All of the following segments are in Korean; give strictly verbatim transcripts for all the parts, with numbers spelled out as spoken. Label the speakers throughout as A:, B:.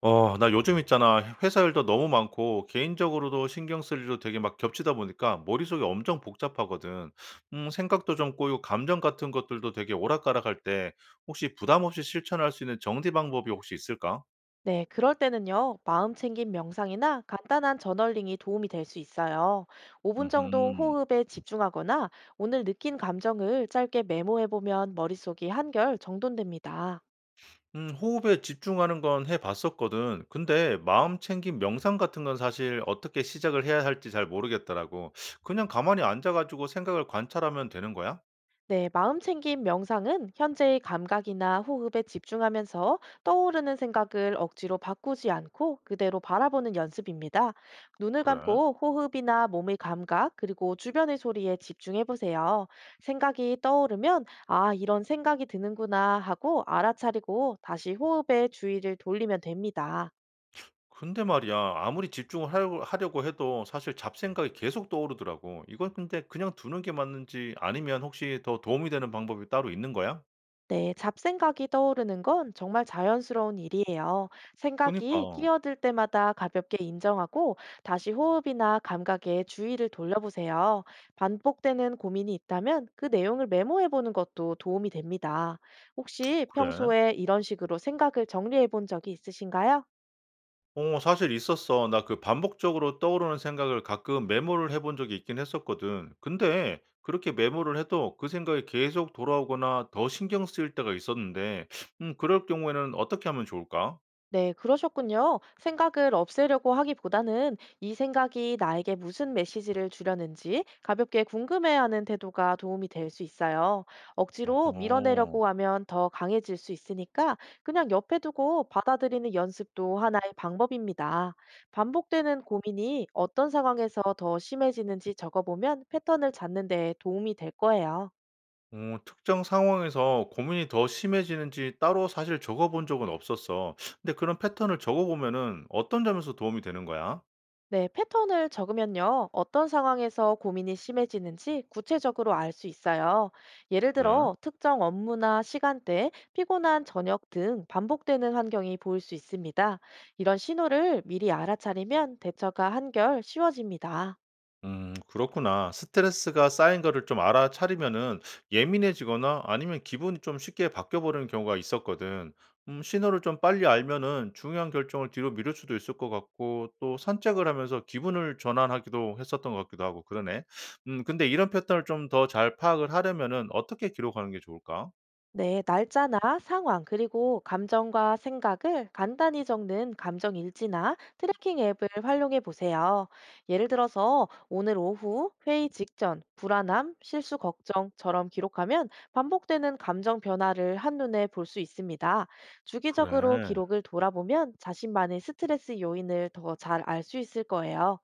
A: 어, 나 요즘 있잖아. 회사 일도 너무 많고, 개인적으로도 신경 쓸 일도 되게 막 겹치다 보니까 머릿속이 엄청 복잡하거든. 음, 생각도 좀 꼬이고, 감정 같은 것들도 되게 오락가락할 때, 혹시 부담 없이 실천할 수 있는 정리 방법이 혹시 있을까?
B: 네, 그럴 때는요, 마음 챙김 명상이나 간단한 저널링이 도움이 될 수 있어요. 오 분 정도
A: 음,
B: 호흡에 집중하거나 오늘 느낀 감정을 짧게 메모해 보면 머릿속이 한결 정돈됩니다.
A: 음, 호흡에 집중하는 건 해봤었거든. 근데 마음 챙김 명상 같은 건 사실 어떻게 시작을 해야 할지 잘 모르겠더라고. 그냥 가만히 앉아가지고 생각을 관찰하면 되는 거야?
B: 네, 마음챙김 명상은 현재의 감각이나 호흡에 집중하면서 떠오르는 생각을 억지로 바꾸지 않고 그대로 바라보는 연습입니다. 눈을
A: 그래.
B: 감고 호흡이나 몸의 감각, 그리고 주변의 소리에 집중해 보세요. 생각이 떠오르면, 아, 이런 생각이 드는구나 하고 알아차리고 다시 호흡에 주의를 돌리면 됩니다.
A: 근데 말이야, 아무리 집중을 하려 하려고 해도 사실 잡생각이 계속 떠오르더라고. 이건 근데 그냥 두는 게 맞는지 아니면 혹시 더 도움이 되는 방법이 따로 있는 거야?
B: 네, 잡생각이 떠오르는 건 정말 자연스러운 일이에요. 생각이
A: 그니까.
B: 끼어들 때마다 가볍게 인정하고 다시 호흡이나 감각에 주의를 돌려보세요. 반복되는 고민이 있다면 그 내용을 메모해 보는 것도 도움이 됩니다. 혹시
A: 그래?
B: 평소에 이런 식으로 생각을 정리해 본 적이 있으신가요?
A: 어 사실 있었어. 나 그 반복적으로 떠오르는 생각을 가끔 메모를 해본 적이 있긴 했었거든. 근데 그렇게 메모를 해도 그 생각이 계속 돌아오거나 더 신경 쓰일 때가 있었는데 음 그럴 경우에는 어떻게 하면 좋을까?
B: 네, 그러셨군요. 생각을 없애려고 하기보다는 이 생각이 나에게 무슨 메시지를 주려는지 가볍게 궁금해하는 태도가 도움이 될 수 있어요. 억지로
A: 어허.
B: 밀어내려고 하면 더 강해질 수 있으니까 그냥 옆에 두고 받아들이는 연습도 하나의 방법입니다. 반복되는 고민이 어떤 상황에서 더 심해지는지 적어보면 패턴을 찾는 데 도움이 될 거예요.
A: 어 특정 상황에서 고민이 더 심해지는지 따로 사실 적어 본 적은 없었어. 근데 그런 패턴을 적어 보면은 어떤 점에서 도움이 되는 거야?
B: 네, 패턴을 적으면요. 어떤 상황에서 고민이 심해지는지 구체적으로 알 수 있어요. 예를
A: 그래?
B: 들어, 특정 업무나 시간대, 피곤한 저녁 등 반복되는 환경이 보일 수 있습니다. 이런 신호를 미리 알아차리면 대처가 한결 쉬워집니다.
A: 음, 그렇구나. 스트레스가 쌓인 거를 좀 알아차리면은 예민해지거나 아니면 기분이 좀 쉽게 바뀌어버리는 경우가 있었거든. 음, 신호를 좀 빨리 알면은 중요한 결정을 뒤로 미룰 수도 있을 것 같고 또 산책을 하면서 기분을 전환하기도 했었던 것 같기도 하고 그러네. 음, 근데 이런 패턴을 좀 더 잘 파악을 하려면은 어떻게 기록하는 게 좋을까?
B: 네, 날짜나 상황, 그리고 감정과 생각을 간단히 적는 감정 일지나 트래킹 앱을 활용해 보세요. 예를 들어서 오늘 오후, 회의 직전, 불안함, 실수 걱정처럼 기록하면 반복되는 감정 변화를 한눈에 볼 수 있습니다. 주기적으로
A: 그래.
B: 기록을 돌아보면 자신만의 스트레스 요인을 더 잘 알 수 있을 거예요.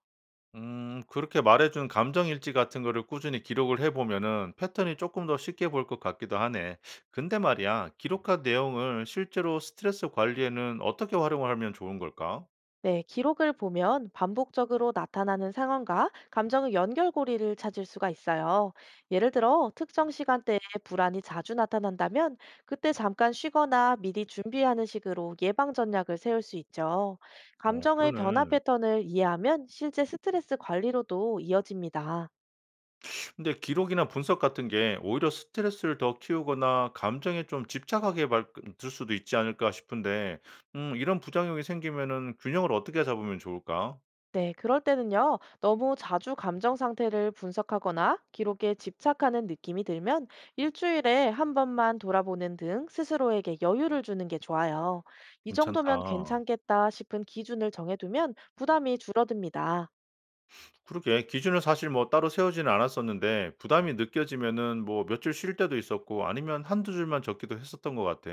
A: 음 그렇게 말해 준 감정 일지 같은 거를 꾸준히 기록을 해 보면은 패턴이 조금 더 쉽게 보일 것 같기도 하네. 근데 말이야 기록한 내용을 실제로 스트레스 관리에는 어떻게 활용을 하면 좋은 걸까?
B: 네, 기록을 보면 반복적으로 나타나는 상황과 감정의 연결고리를 찾을 수가 있어요. 예를 들어, 특정 시간대에 불안이 자주 나타난다면 그때 잠깐 쉬거나 미리 준비하는 식으로 예방 전략을 세울 수 있죠.
A: 어
B: 감정의 변화
A: 그러네.
B: 패턴을 이해하면 실제 스트레스 관리로도 이어집니다.
A: 근데 기록이나 분석 같은 게 오히려 스트레스를 더 키우거나 감정에 좀 집착하게 만들 수도 있지 않을까 싶은데 음 이런 부작용이 생기면은 균형을 어떻게 잡으면 좋을까?
B: 네, 그럴 때는요, 너무 자주 감정 상태를 분석하거나 기록에 집착하는 느낌이 들면 일주일에 한 번만 돌아보는 등 스스로에게 여유를 주는 게 좋아요. 이 정도면
A: 괜찮다.
B: 괜찮겠다 싶은 기준을 정해두면 부담이 줄어듭니다.
A: 그러게 기준을 사실 뭐 따로 세우지는 않았었는데 부담이 느껴지면은 뭐 며칠 쉴 때도 있었고 아니면 한두 줄만 적기도 했었던 것 같아.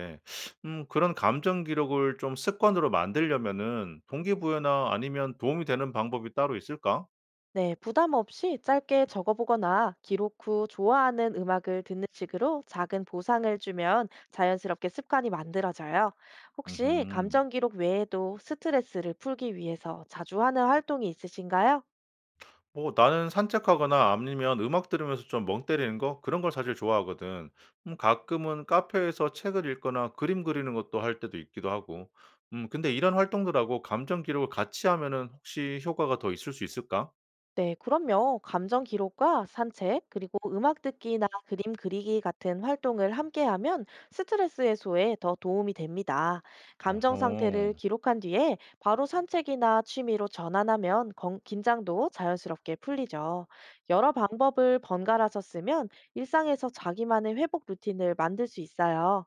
A: 음 그런 감정 기록을 좀 습관으로 만들려면은 동기부여나 아니면 도움이 되는 방법이 따로 있을까?
B: 네, 부담 없이 짧게 적어보거나 기록 후 좋아하는 음악을 듣는 식으로 작은 보상을 주면 자연스럽게 습관이 만들어져요. 혹시
A: 음
B: 감정 기록 외에도 스트레스를 풀기 위해서 자주 하는 활동이 있으신가요?
A: 뭐 나는 산책하거나 아니면 음악 들으면서 좀 멍 때리는 거 그런 걸 사실 좋아하거든. 음 가끔은 카페에서 책을 읽거나 그림 그리는 것도 할 때도 있기도 하고. 음 근데 이런 활동들하고 감정 기록을 같이 하면은 혹시 효과가 더 있을 수 있을까?
B: 네, 그럼요. 감정 기록과 산책, 그리고 음악 듣기나 그림 그리기 같은 활동을 함께하면 스트레스 해소에 더 도움이 됩니다. 감정 상태를
A: 어허.
B: 기록한 뒤에 바로 산책이나 취미로 전환하면 건- 긴장도 자연스럽게 풀리죠. 여러 방법을 번갈아서 쓰면 일상에서 자기만의 회복 루틴을 만들 수 있어요.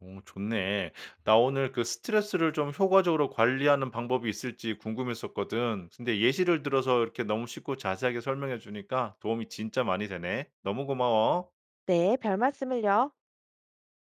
A: 오, 좋네. 나 오늘 그 스트레스를 좀 효과적으로 관리하는 방법이 있을지 궁금했었거든. 근데 예시를 들어서 이렇게 너무 쉽고 자세하게 설명해 주니까 도움이 진짜 많이 되네. 너무 고마워.
B: 네, 별 말씀을요.